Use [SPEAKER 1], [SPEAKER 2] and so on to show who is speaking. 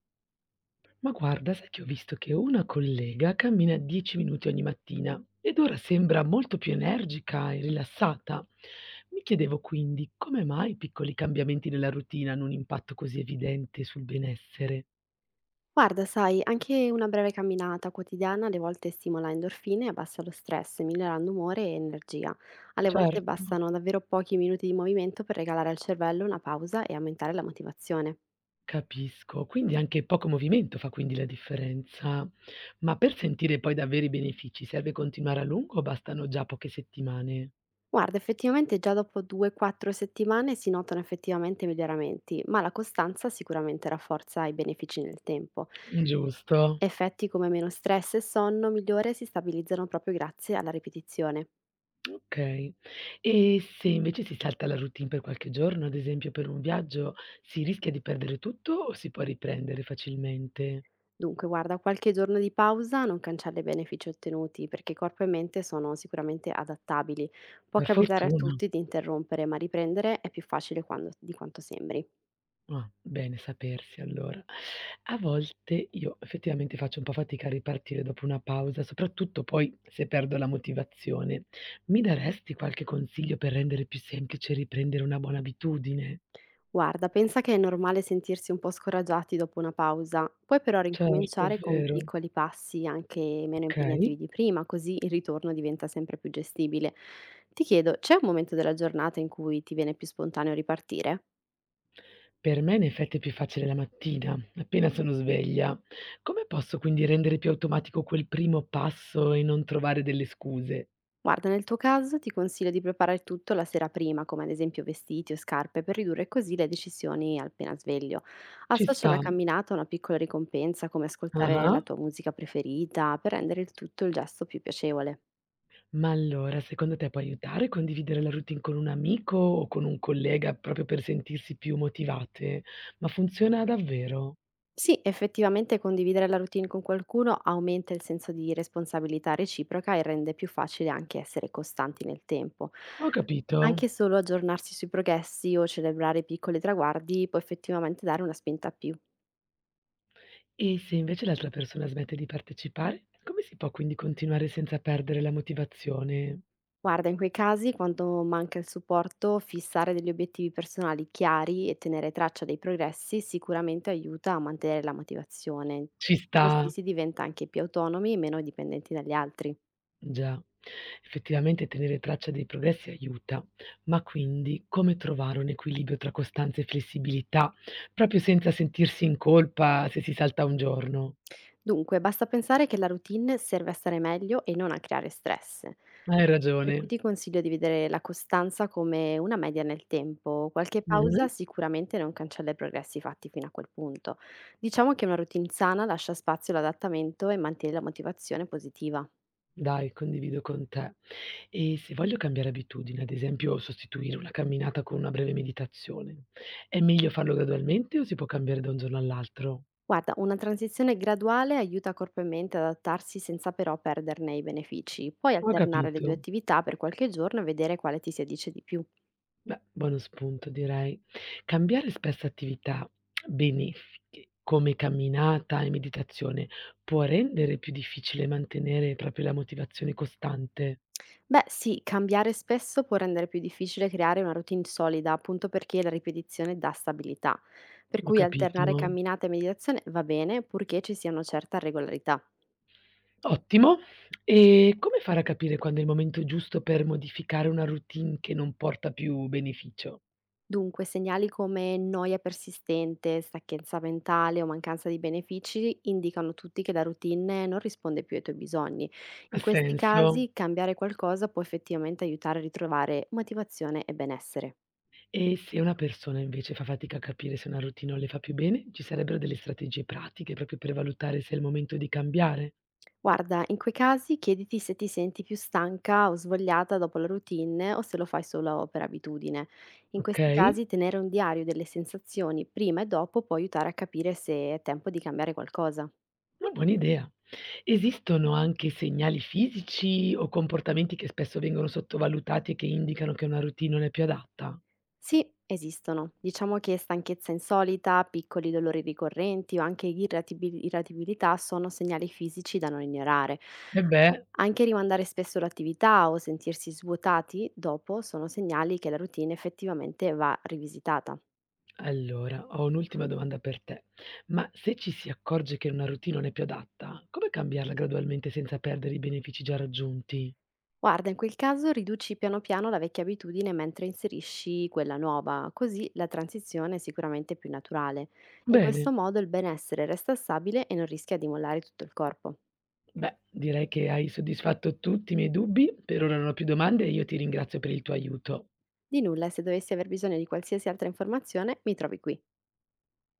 [SPEAKER 1] Ma guarda, sai che ho visto che una collega cammina 10 minuti ogni mattina ed ora sembra molto più energica e rilassata. Mi chiedevo quindi come mai i piccoli cambiamenti nella routine hanno un impatto così evidente sul benessere.
[SPEAKER 2] Guarda, sai, anche una breve camminata quotidiana alle volte stimola endorfine e abbassa lo stress, migliorando umore e energia. Alle volte
[SPEAKER 1] Certo,
[SPEAKER 2] bastano davvero pochi minuti di movimento per regalare al cervello una pausa e aumentare la motivazione.
[SPEAKER 1] capisco. Quindi anche poco movimento fa quindi la differenza. Ma per sentire poi davvero i benefici serve continuare a lungo o bastano già poche settimane?
[SPEAKER 2] Guarda, effettivamente già dopo 2-4 settimane si notano effettivamente miglioramenti, ma la costanza sicuramente rafforza i benefici nel tempo.
[SPEAKER 1] Giusto.
[SPEAKER 2] Effetti come meno stress e sonno migliore si stabilizzano proprio grazie alla ripetizione.
[SPEAKER 1] Okay. E se invece si salta la routine per qualche giorno, ad esempio per un viaggio, si rischia di perdere tutto o si può riprendere facilmente?
[SPEAKER 2] Dunque, guarda, qualche giorno di pausa non cancella i benefici ottenuti, perché corpo e mente sono sicuramente adattabili. Può
[SPEAKER 1] Per
[SPEAKER 2] capitare a
[SPEAKER 1] fortuna.
[SPEAKER 2] tutti di interrompere, ma riprendere è più facile di quanto sembri.
[SPEAKER 1] Ah, bene sapersi allora. A volte io effettivamente faccio un po' fatica a ripartire dopo una pausa, soprattutto poi se perdo la motivazione. Mi daresti qualche consiglio per rendere più semplice riprendere una buona abitudine?
[SPEAKER 2] Guarda, pensa che è normale sentirsi un po' scoraggiati dopo una pausa. Puoi però
[SPEAKER 1] Certo, è
[SPEAKER 2] ricominciare con
[SPEAKER 1] vero.
[SPEAKER 2] piccoli passi anche meno
[SPEAKER 1] Okay.
[SPEAKER 2] impegnativi di prima, così il ritorno diventa sempre più gestibile. Ti chiedo, c'è un momento della giornata in cui ti viene più spontaneo ripartire?
[SPEAKER 1] Per me in effetti è più facile la mattina, appena sono sveglia. Come posso quindi rendere più automatico quel primo passo e non trovare delle scuse?
[SPEAKER 2] Guarda, nel tuo caso ti consiglio di preparare tutto la sera prima, come ad esempio vestiti o scarpe, per ridurre così le decisioni appena sveglio.
[SPEAKER 1] Ci
[SPEAKER 2] Associa la
[SPEAKER 1] sta.
[SPEAKER 2] camminata a una piccola ricompensa, come ascoltare
[SPEAKER 1] Ah-ah.
[SPEAKER 2] la tua musica preferita, per rendere il tutto il gesto più piacevole.
[SPEAKER 1] Ma allora, secondo te può aiutare condividere la routine con un amico o con un collega proprio per sentirsi più motivate? Ma funziona davvero?
[SPEAKER 2] Sì, effettivamente condividere la routine con qualcuno aumenta il senso di responsabilità reciproca e rende più facile anche essere costanti nel tempo.
[SPEAKER 1] Ho capito.
[SPEAKER 2] Anche solo aggiornarsi sui progressi o celebrare piccoli traguardi può effettivamente dare una spinta più.
[SPEAKER 1] E se invece l'altra persona smette di partecipare, come si può quindi continuare senza perdere la motivazione?
[SPEAKER 2] Guarda, in quei casi, quando manca il supporto, fissare degli obiettivi personali chiari e tenere traccia dei progressi sicuramente aiuta a mantenere la motivazione.
[SPEAKER 1] Ci
[SPEAKER 2] Così
[SPEAKER 1] sta.
[SPEAKER 2] si diventa anche più autonomi e meno dipendenti dagli altri.
[SPEAKER 1] Già, effettivamente tenere traccia dei progressi aiuta, ma quindi come trovare un equilibrio tra costanza e flessibilità, proprio senza sentirsi in colpa se si salta un giorno?
[SPEAKER 2] Dunque, basta pensare che la routine serve a stare meglio e non a creare stress.
[SPEAKER 1] Hai
[SPEAKER 2] Per
[SPEAKER 1] ragione.
[SPEAKER 2] cui ti consiglio di vedere la costanza come una media nel tempo. Qualche
[SPEAKER 1] Mh-mh.
[SPEAKER 2] pausa sicuramente non cancella i progressi fatti fino a quel punto. Diciamo che una routine sana lascia spazio all'adattamento e mantiene la motivazione positiva.
[SPEAKER 1] Dai, condivido con te. E se voglio cambiare abitudine, ad esempio sostituire una camminata con una breve meditazione, è meglio farlo gradualmente o si può cambiare da un giorno all'altro?
[SPEAKER 2] Guarda, una transizione graduale aiuta corpo e mente ad adattarsi senza però perderne i benefici. Puoi
[SPEAKER 1] Ho
[SPEAKER 2] alternare le due
[SPEAKER 1] capito.
[SPEAKER 2] attività per qualche giorno e vedere quale ti si addice di più.
[SPEAKER 1] Beh, buono spunto direi. Cambiare spesso attività benefiche, come camminata e meditazione, può rendere più difficile mantenere proprio la motivazione costante.
[SPEAKER 2] Beh, sì, cambiare spesso può rendere più difficile creare una routine solida, appunto perché la ripetizione dà stabilità. Per
[SPEAKER 1] Ho
[SPEAKER 2] cui
[SPEAKER 1] capito.
[SPEAKER 2] alternare camminate e meditazione va bene, purché ci sia una certa regolarità.
[SPEAKER 1] Ottimo. E come fare a capire quando è il momento giusto per modificare una routine che non porta più beneficio?
[SPEAKER 2] Dunque, segnali come noia persistente, stanchezza mentale o mancanza di benefici indicano tutti che la routine non risponde più ai tuoi bisogni.
[SPEAKER 1] Ha
[SPEAKER 2] In questi
[SPEAKER 1] senso?
[SPEAKER 2] casi, cambiare qualcosa può effettivamente aiutare a ritrovare motivazione e benessere.
[SPEAKER 1] E se una persona invece fa fatica a capire se una routine non le fa più bene, ci sarebbero delle strategie pratiche proprio per valutare se è il momento di cambiare,
[SPEAKER 2] Guarda, in quei casi chiediti se ti senti più stanca o svogliata dopo la routine o se lo fai solo per abitudine. In
[SPEAKER 1] ok?
[SPEAKER 2] questi casi tenere un diario delle sensazioni prima e dopo può aiutare a capire se è tempo di cambiare qualcosa.
[SPEAKER 1] Una buona idea. Esistono anche segnali fisici o comportamenti che spesso vengono sottovalutati e che indicano che una routine non è più adatta?
[SPEAKER 2] Sì, esistono. Diciamo che stanchezza insolita, piccoli dolori ricorrenti o anche irritabilità sono segnali fisici da non ignorare.
[SPEAKER 1] Eh beh,
[SPEAKER 2] Anche rimandare spesso l'attività o sentirsi svuotati dopo sono segnali che la routine effettivamente va rivisitata.
[SPEAKER 1] allora, ho un'ultima domanda per te. Ma se ci si accorge che una routine non è più adatta, come cambiarla gradualmente senza perdere i benefici già raggiunti?
[SPEAKER 2] Guarda, in quel caso riduci piano piano la vecchia abitudine mentre inserisci quella nuova, così la transizione è sicuramente più naturale. In questo
[SPEAKER 1] Bene,
[SPEAKER 2] modo il benessere resta stabile e non rischia di mollare tutto il corpo.
[SPEAKER 1] beh, direi che hai soddisfatto tutti i miei dubbi. Per ora non ho più domande e io ti ringrazio per il tuo aiuto.
[SPEAKER 2] Di nulla, e se dovessi aver bisogno di qualsiasi altra informazione, mi trovi qui.